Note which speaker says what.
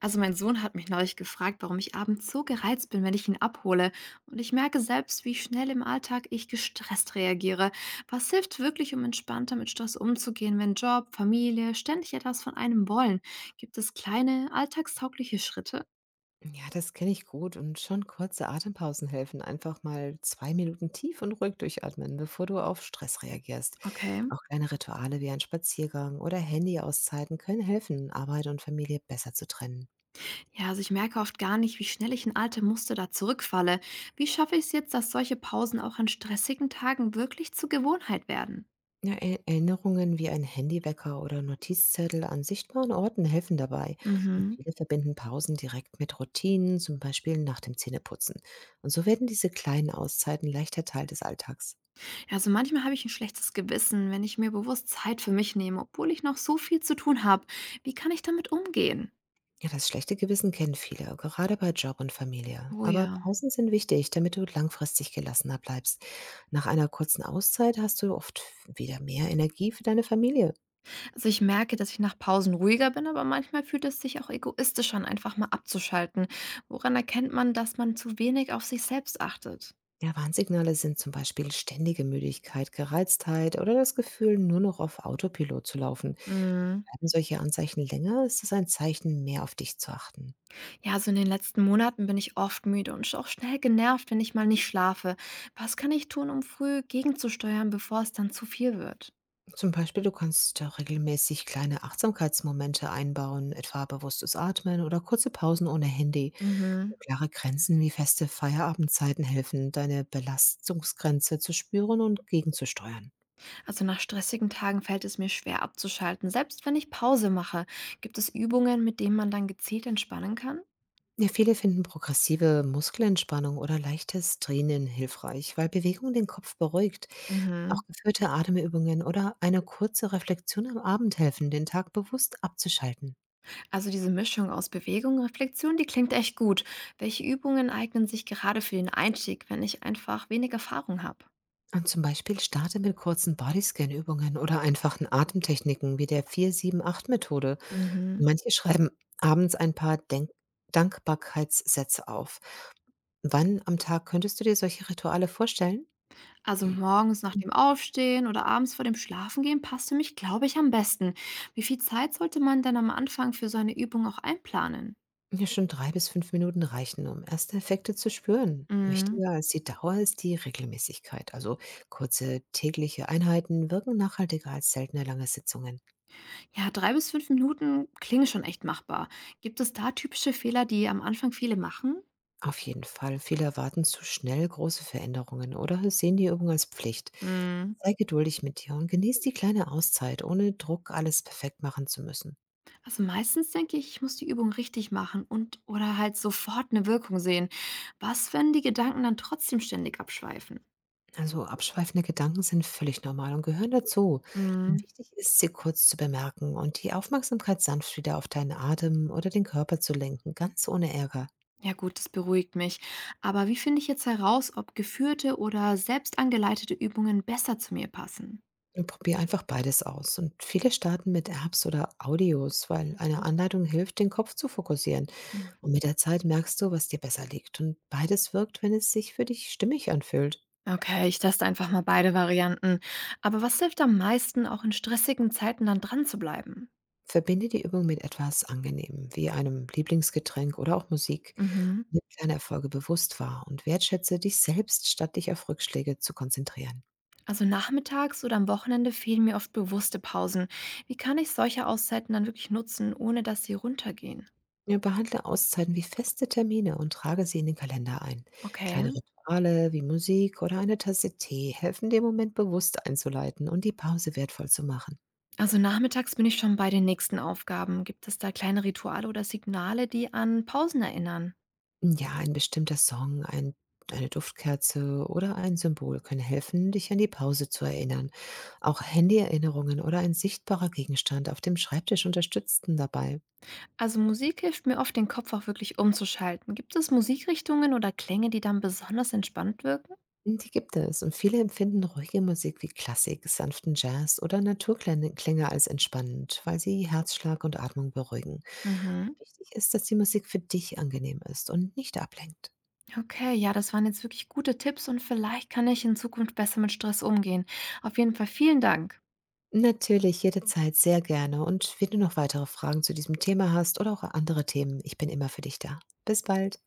Speaker 1: Also mein Sohn hat mich neulich gefragt, warum ich abends so gereizt bin, wenn ich ihn abhole. Und ich merke selbst, wie schnell im Alltag ich gestresst reagiere. Was hilft wirklich, um entspannter mit Stress umzugehen, wenn Job, Familie ständig etwas von einem wollen? Gibt es kleine, alltagstaugliche Schritte?
Speaker 2: Ja, das kenne ich gut und schon kurze Atempausen helfen. Einfach mal 2 Minuten tief und ruhig durchatmen, bevor du auf Stress reagierst.
Speaker 1: Okay.
Speaker 2: Auch kleine Rituale wie ein Spaziergang oder Handyauszeiten können helfen, Arbeit und Familie besser zu trennen.
Speaker 1: Ja, also ich merke oft gar nicht, wie schnell ich in alte Muster da zurückfalle. Wie schaffe ich es jetzt, dass solche Pausen auch an stressigen Tagen wirklich zur Gewohnheit werden?
Speaker 2: Ja, Erinnerungen wie ein Handywecker oder Notizzettel an sichtbaren Orten helfen dabei. Und
Speaker 1: Mhm.
Speaker 2: viele verbinden Pausen direkt mit Routinen, zum Beispiel nach dem Zähneputzen. Und so werden diese kleinen Auszeiten leichter Teil des Alltags.
Speaker 1: Also manchmal habe ich ein schlechtes Gewissen, wenn ich mir bewusst Zeit für mich nehme, obwohl ich noch so viel zu tun habe. Wie kann ich damit umgehen?
Speaker 2: Ja, das schlechte Gewissen kennen viele, gerade bei Job und Familie.
Speaker 1: Oh
Speaker 2: Aber
Speaker 1: ja.
Speaker 2: Pausen sind wichtig, damit du langfristig gelassener bleibst. Nach einer kurzen Auszeit hast du oft wieder mehr Energie für deine Familie.
Speaker 1: Also ich merke, dass ich nach Pausen ruhiger bin, aber manchmal fühlt es sich auch egoistisch an, einfach mal abzuschalten. Woran erkennt man, dass man zu wenig auf sich selbst achtet?
Speaker 2: Ja, Warnsignale sind zum Beispiel ständige Müdigkeit, Gereiztheit oder das Gefühl, nur noch auf Autopilot zu laufen.
Speaker 1: Mm.
Speaker 2: Bleiben solche Anzeichen länger, ist es ein Zeichen, mehr auf dich zu achten.
Speaker 1: Ja, also in den letzten Monaten bin ich oft müde und auch schnell genervt, wenn ich mal nicht schlafe. Was kann ich tun, um früh gegenzusteuern, bevor es dann zu viel wird?
Speaker 2: Zum Beispiel, du kannst da regelmäßig kleine Achtsamkeitsmomente einbauen, etwa bewusstes Atmen oder kurze Pausen ohne Handy.
Speaker 1: Mhm.
Speaker 2: Klare Grenzen wie feste Feierabendzeiten helfen, deine Belastungsgrenze zu spüren und gegenzusteuern.
Speaker 1: Also nach stressigen Tagen fällt es mir schwer abzuschalten. Selbst wenn ich Pause mache, gibt es Übungen, mit denen man dann gezielt entspannen kann?
Speaker 2: Ja, viele finden progressive Muskelentspannung oder leichtes Dehnen hilfreich, weil Bewegung den Kopf beruhigt.
Speaker 1: Mhm.
Speaker 2: Auch geführte Atemübungen oder eine kurze Reflexion am Abend helfen, den Tag bewusst abzuschalten.
Speaker 1: Also diese Mischung aus Bewegung und Reflexion, die klingt echt gut. Welche Übungen eignen sich gerade für den Einstieg, wenn ich einfach wenig Erfahrung habe?
Speaker 2: Und zum Beispiel starte mit kurzen Bodyscan-Übungen oder einfachen Atemtechniken wie der 4-7-8-Methode.
Speaker 1: Mhm.
Speaker 2: Manche schreiben abends ein paar Denk Dankbarkeitssätze auf. Wann am Tag könntest du dir solche Rituale vorstellen?
Speaker 1: Also morgens nach dem Aufstehen oder abends vor dem Schlafengehen passt für mich, glaube ich, am besten. Wie viel Zeit sollte man denn am Anfang für so eine Übung auch einplanen?
Speaker 2: Ja, schon 3 bis 5 Minuten reichen, um erste Effekte zu spüren.
Speaker 1: Mhm.
Speaker 2: Wichtiger als die Dauer ist die Regelmäßigkeit. Also kurze tägliche Einheiten wirken nachhaltiger als seltene lange Sitzungen.
Speaker 1: Ja, 3 bis 5 Minuten klingen schon echt machbar. Gibt es da typische Fehler, die am Anfang viele machen?
Speaker 2: Auf jeden Fall. Viele erwarten zu schnell große Veränderungen oder sehen die Übung als Pflicht.
Speaker 1: Hm,
Speaker 2: Sei geduldig mit dir und genieß die kleine Auszeit, ohne Druck alles perfekt machen zu müssen.
Speaker 1: also meistens denke ich, ich muss die Übung richtig machen und oder halt sofort eine Wirkung sehen. Was, wenn die Gedanken dann trotzdem ständig abschweifen?
Speaker 2: Also abschweifende Gedanken sind völlig normal und gehören dazu. Mhm.
Speaker 1: Hm,
Speaker 2: Wichtig ist, sie kurz zu bemerken und die Aufmerksamkeit sanft wieder auf deinen Atem oder den Körper zu lenken, ganz ohne Ärger.
Speaker 1: ja gut, das beruhigt mich. Aber wie finde ich jetzt heraus, ob geführte oder selbst angeleitete Übungen besser zu mir passen?
Speaker 2: Und probier einfach beides aus. Und viele starten mit Apps oder Audios, weil eine Anleitung hilft, den Kopf zu fokussieren.
Speaker 1: Hm.
Speaker 2: Und mit der Zeit merkst du, was dir besser liegt. Und beides wirkt, wenn es sich für dich stimmig anfühlt.
Speaker 1: Okay, ich teste einfach mal beide Varianten. Aber was hilft am meisten, auch in stressigen Zeiten dann dran zu bleiben?
Speaker 2: Verbinde die Übung mit etwas Angenehmem, wie einem Lieblingsgetränk oder auch Musik.
Speaker 1: Mhm.
Speaker 2: Nimm kleine Erfolge bewusst wahr und wertschätze dich selbst, statt dich auf Rückschläge zu konzentrieren.
Speaker 1: Also nachmittags oder am Wochenende fehlen mir oft bewusste Pausen. Wie kann ich solche Auszeiten dann wirklich nutzen, ohne dass sie runtergehen?
Speaker 2: Ja, behandle Auszeiten wie feste Termine und trage sie in den Kalender ein.
Speaker 1: Okay.
Speaker 2: Kleine Rituale wie Musik oder eine Tasse Tee helfen, den Moment bewusst einzuleiten und die Pause wertvoll zu machen.
Speaker 1: Also nachmittags bin ich schon bei den nächsten Aufgaben. Gibt es da kleine Rituale oder Signale, die an Pausen erinnern?
Speaker 2: Ja, ein bestimmter Song, eine Duftkerze oder ein Symbol können helfen, dich an die Pause zu erinnern. Auch Handyerinnerungen oder ein sichtbarer Gegenstand auf dem Schreibtisch unterstützten dabei.
Speaker 1: Also Musik hilft mir oft, den Kopf auch wirklich umzuschalten. Gibt es Musikrichtungen oder Klänge, die dann besonders entspannt wirken?
Speaker 2: Die gibt es und viele empfinden ruhige Musik wie Klassik, sanften Jazz oder Naturklänge Klänge als entspannend, weil sie Herzschlag und Atmung beruhigen.
Speaker 1: Mhm.
Speaker 2: Wichtig ist, dass die Musik für dich angenehm ist und nicht ablenkt.
Speaker 1: Okay, ja, das waren jetzt wirklich gute Tipps und vielleicht kann ich in Zukunft besser mit Stress umgehen. Auf jeden Fall vielen Dank.
Speaker 2: Natürlich, jederzeit, sehr gerne. Und wenn du noch weitere Fragen zu diesem Thema hast oder auch andere Themen, ich bin immer für dich da. Bis bald.